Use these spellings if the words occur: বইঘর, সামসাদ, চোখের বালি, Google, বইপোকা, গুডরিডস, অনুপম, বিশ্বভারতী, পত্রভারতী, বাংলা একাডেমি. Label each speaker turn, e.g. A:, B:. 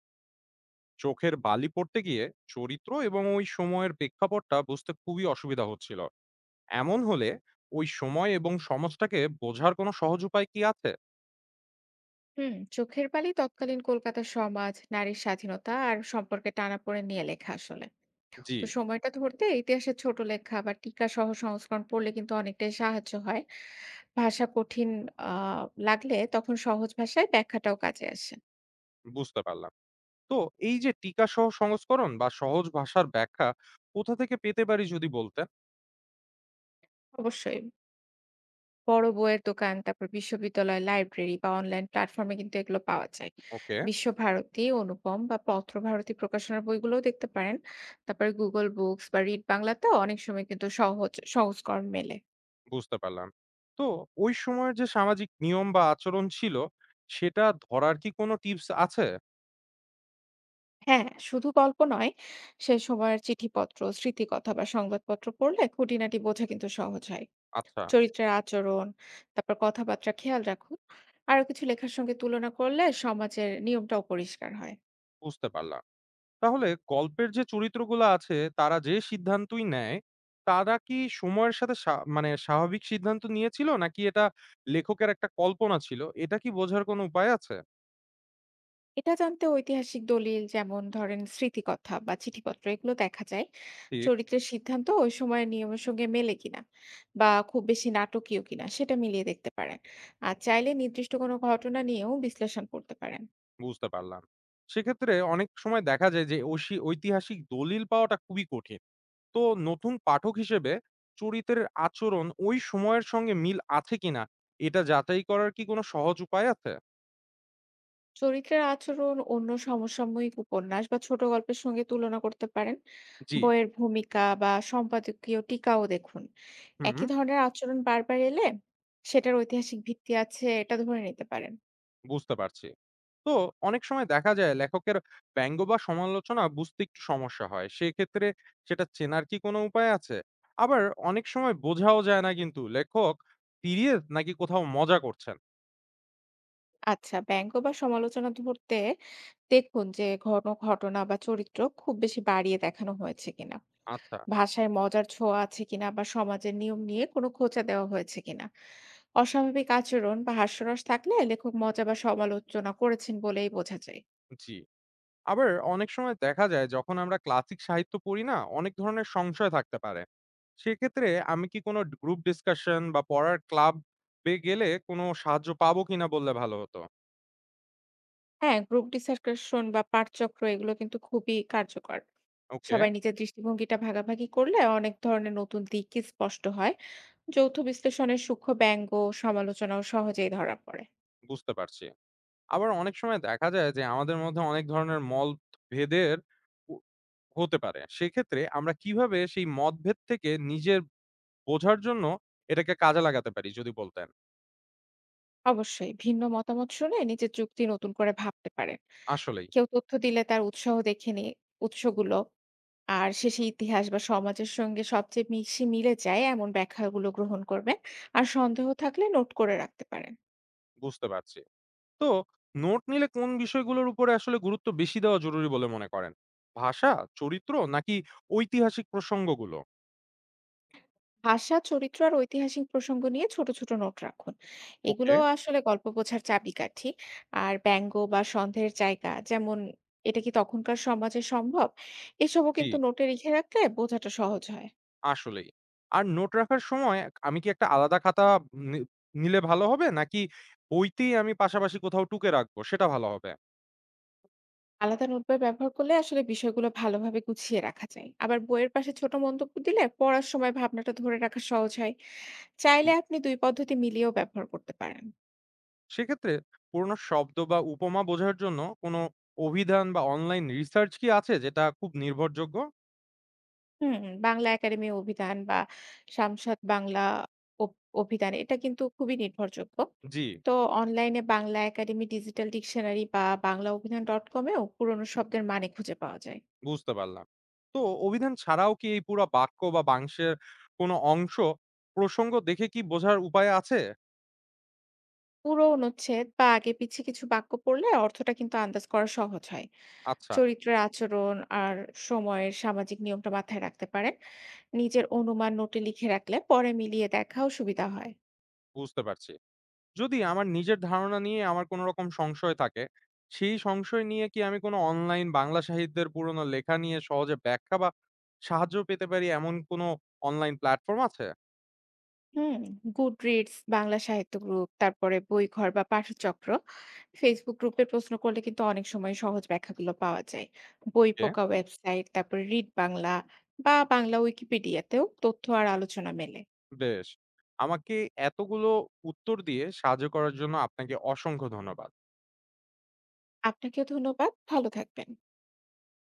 A: চোখের বালি পড়তে গিয়ে চরিত্র এবং ওই সময়ের প্রেক্ষাপটটা বুঝতে খুবই অসুবিধা হচ্ছিল। এমন হলে ওই সময় এবং সমাজটাকে বোঝার কোনো সহজ উপায় কি আছে?
B: চোখের বালি তৎকালীন কলকাতার সমাজ, নারীর স্বাধীনতা আর সম্পর্কে টানাপোড়েন নিয়ে লেখা। আসলে
A: জি,
B: তো সময়টা ধরতে ইতিহাসের ছোট লেখা বা টিকা সহ সংস্করণ পড়লে কিন্তু অনেকটাই সাহায্য হয়। ভাষা কঠিন আহ লাগলে তখন সহজ ভাষায় ব্যাখ্যাটাও কাজে আসে।
A: বুঝতে পারলাম। তো এই যে টিকা সহ সংস্করণ বা সহজ ভাষার ব্যাখ্যা কোথা থেকে পেতে পারি যদি বলতেন?
B: অবশ্যই, বড় বইয়ের দোকান, তারপর বিশ্ববিদ্যালয় লাইব্রেরি বা অনলাইন প্ল্যাটফর্মে কিন্তু এগুলো পাওয়া যায়।
A: ওকে,
B: বিশ্বভারতী, অনুপম বা পত্রভারতী প্রকাশনার বইগুলোও দেখতে পারেন। তারপরে গুগল বুকস বা রিড বাংলাতেও অনেক সময় কিন্তু সহজ সংস্করণ মেলে।
A: বুঝতে পারলাম। তো ওই সময়ের যে সামাজিক নিয়ম বা আচরণ ছিল সেটা ধরার কি কোনো টিপস আছে?
B: হ্যাঁ, শুধু গল্প নয়, সে সময়ের চিঠিপত্র, স্মৃতিকথা বা সংবাদপত্র পড়লে খুঁটিনাটি বোঝা কিন্তু সহজ হয়।
A: আচ্ছা,
B: চরিত্রের আচরণ, তারপর কথাবার্তা খেয়াল রাখুন। আরো কিছু লেখার সঙ্গে তুলনা করলে সমাজের নিয়মটাও পরিষ্কার হয়।
A: বুঝতে পারলাম। তাহলে গল্পের যে চরিত্রগুলো আছে তারা যে সিদ্ধান্তই নেয়, তারা কি সময়ের সাথে সা মানে স্বাভাবিক সিদ্ধান্ত নিয়েছিল নাকি এটা লেখকের একটা কল্পনা ছিল? এটা কি বোঝার কোনো উপায় আছে?
B: এটা জানতে ঐতিহাসিক দলিল যেমন ধরেন স্মৃতিকথা বা চিঠিপত্র এগুলো দেখা যায়।
A: ঠিক,
B: চরিত্রের সিদ্ধান্ত ওই সময়ের নিয়মের সঙ্গে মেলে কিনা বা খুব বেশি নাটকীয় কিনা সেটা মিলিয়ে দেখতে পারেন। আর চাইলে নির্দিষ্ট কোনো ঘটনা নিয়েও বিশ্লেষণ করতে পারেন।
A: বুঝতে পারলাম। সেক্ষেত্রে অনেক সময় দেখা যায় যে ঐতিহাসিক দলিল পাওয়াটা খুবই কঠিন। তো নতুন পাঠক হিসেবে চরিত্রের আচরণ ওই সময়ের সঙ্গে মিল আছে কিনা এটা যাচাই করার কি কোনো সহজ উপায় আছে?
B: চরিত্রের আচরণ অন্য সমসাময়িক উপন্যাস বা ছোট গল্পের সঙ্গে তুলনা করতে পারেন।
A: জি,
B: বইয়ের ভূমিকা বা সম্পাদকীয় টিকাও দেখুন।
A: হুম,
B: একই ধরনের আচরণ বারবার এলে সেটার ঐতিহাসিক ভিত্তি আছে এটা ধরে নিতে পারেন।
A: বুঝতে পারছি। তো অনেক সময় দেখা যায় লেখকের ব্যঙ্গ বা সমালোচনা বুঝতে একটু সমস্যা হয়। সেক্ষেত্রে সেটা চেনার কি কোনো উপায় আছে? আবার অনেক সময় বোঝাও যায় না কিন্তু লেখক সিরিয়াস নাকি কোথাও মজা করছেন।
B: আচ্ছা, ব্যঙ্গ বা সমালোচনা ধরতে দেখুন যে ঘন ঘটনা বা চরিত্র খুব বেশি বাড়িয়ে দেখানো হয়েছে কিনা,
A: আচ্ছা,
B: ভাষায় মজার ছোঁয়া আছে কিনা বা সমাজের নিয়ম নিয়ে কোনো খোঁচা দেওয়া হয়েছে কিনা। অস্বাভাবিক আচরণ বা হাস্যরস থাকলে লেখক মজা বা সমালোচনা করেছেন বলেই বোঝা যায়।
A: জি। আবার অনেক সময় দেখা যায় যখন আমরা ক্লাসিক সাহিত্য পড়ি না, অনেক ধরনের সংশয় থাকতে পারে। সেক্ষেত্রে আমি কি কোনো গ্রুপ ডিসকাশন বা পড়ার ক্লাব এ গেলে কোনো সাহায্য পাবো কিনা বললে ভালো হতো।
B: হ্যাঁ, গ্রুপ ডিসকাশন বা পাঠচক্র এগুলো কিন্তু খুবই কার্যকর।
A: ওকে,
B: সবাই নিজের দৃষ্টিভঙ্গিটা ভাগাভাগি করলে অনেক ধরনের নতুন দিকই স্পষ্ট হয়। যৌথ বিশ্লেষণের সূক্ষ্ম ব্যঙ্গ, সমালোচনাও সহজেই ধরা পড়ে।
A: বুঝতে পারছি। আবার অনেক সময় দেখা যায় যে আমাদের মধ্যে অনেক ধরনের মতভেদের উ হতে পারে। সেক্ষেত্রে আমরা কিভাবে সেই মতভেদ থেকে নিজের বোঝার জন্য এটাকে কাজে লাগাতে পারি যদি বলতেন?
B: অবশ্যই, ভিন্ন মতামত শুনে নিজের যুক্তি নতুন করে ভাবতে পারেন।
A: আসলেই
B: কেউ তথ্য দিলে তার উৎসাহ দেখে নিয়ে উৎসগুলো আর শেষে ইতিহাস বা সমাজের সঙ্গে সবচেয়ে বেশি মিলে যায় এমন ব্যাখ্যাগুলো গ্রহণ করবেন। আর সন্দেহ থাকলে নোট করে রাখতে পারেন।
A: বুঝতে পারছি। তো নোট নিলে কোন বিষয়গুলোর উপরে আসলে গুরুত্ব বেশি দেওয়া জরুরি বলে মনে করেন? ভাষা, চরিত্র নাকি ঐতিহাসিক প্রসঙ্গগুলো?
B: ভাষা, চরিত্র আর ঐতিহাসিক প্রসঙ্গ নিয়ে ছোট ছোট নোট রাখুন। এগুলো
A: ওকে,
B: আসলে গল্প বোঝার চাবিকাঠি। আর ব্যঙ্গ বা সন্দেহের জায়গা, যেমন এটা কি তখনকার সমাজে সম্ভব, এসবও
A: জি।
B: কিন্তু নোটে লিখে রাখলে বোঝাটা সহজ হয়।
A: আসলেই। আর নোট রাখার সময় আমি কি একটা আলাদা খাতা নি নিলে ভালো হবে? নাকি বইতেই আমি পাশাপাশি কোথাও টুকে রাখবো সেটা ভালো হবে?
B: আলাদা নোটবই ব্যবহার করলে আসলে বিষয়গুলো ভালোভাবে গুছিয়ে রাখা যায়, আবার বইয়ের পাশে ছোট মন্তব্য দিলে পড়ার সময় ভাবনাটা ধরে রাখা সহজ হয়।
A: জি।
B: চাইলে আপনি দুই পদ্ধতি মিলিয়েও ব্যবহার করতে পারেন।
A: সেক্ষেত্রে পুরনো শব্দ বা উপমা বোঝার জন্য কোনো অভিধান বা অনলাইন রিসার্চ কি আছে যেটা খুব নির্ভরযোগ্য?
B: বাংলা একাডেমি অভিধান বা সামসাদ বাংলা অভিধান এটা কিন্তু খুবই নির্ভরযোগ্য।
A: জি,
B: তো অনলাইনে বাংলা একাডেমি ডিজিটাল ডিকশনারি বা বাংলা অভিধান ডট কমেও পুরনো শব্দের মানে খুঁজে পাওয়া যায়।
A: বুঝতে পারলাম। তো অভিধান ছাড়াও কি এই পুরা বাক্য বা বাংশের কোনো অংশ প্রসঙ্গ দেখে কি বোঝার উপায় আছে?
B: পুরো অনুচ্ছেদ বা আগে পিছে কিছু বাক্য পড়লে অর্থটা কিন্তু আন্দাজ করা সহজ হয়।
A: আচ্ছা,
B: চরিত্রের আচরণ আর সময়ের সামাজিক নিয়মটা মাথায় রাখতে পারেন। নিজের অনুমান নোটে লিখে রাখলে পরে মিলিয়ে দেখাও সুবিধা হয়।
A: বুঝতে পারছি। যদি আমার নিজের ধারণা নিয়ে আমার কোনো রকম সংশয় থাকে, সেই সংশয় নিয়ে কি আমি কোনো অনলাইন বাংলা সাহিত্যের পুরনো লেখা নিয়ে সহজে ব্যাখ্যা বা সাহায্য পেতে পারি এমন কোনো অনলাইন প্ল্যাটফর্ম আছে?
B: হুম, গুডরিডস, বাংলা সাহিত্য গ্রুপ, তারপরে বইঘর বা পাঠচক্র, ফেসবুক গ্রুপে প্রশ্ন করলে কিন্তু অনেক সময় সহজ ব্যাখ্যাগুলো পাওয়া যায়।
A: ওকে,
B: বইপোকা ওয়েবসাইট, তারপরে রিড বাংলা বা বাংলা উইকিপিডিয়াতেও তথ্য আর আলোচনা মেলে।
A: বেশ। আমাকে এতগুলো উত্তর দিয়ে সাহায্য করার জন্য আপনাকে অসংখ্য ধন্যবাদ।
B: আপনাকেও ধন্যবাদ। ভালো থাকবেন।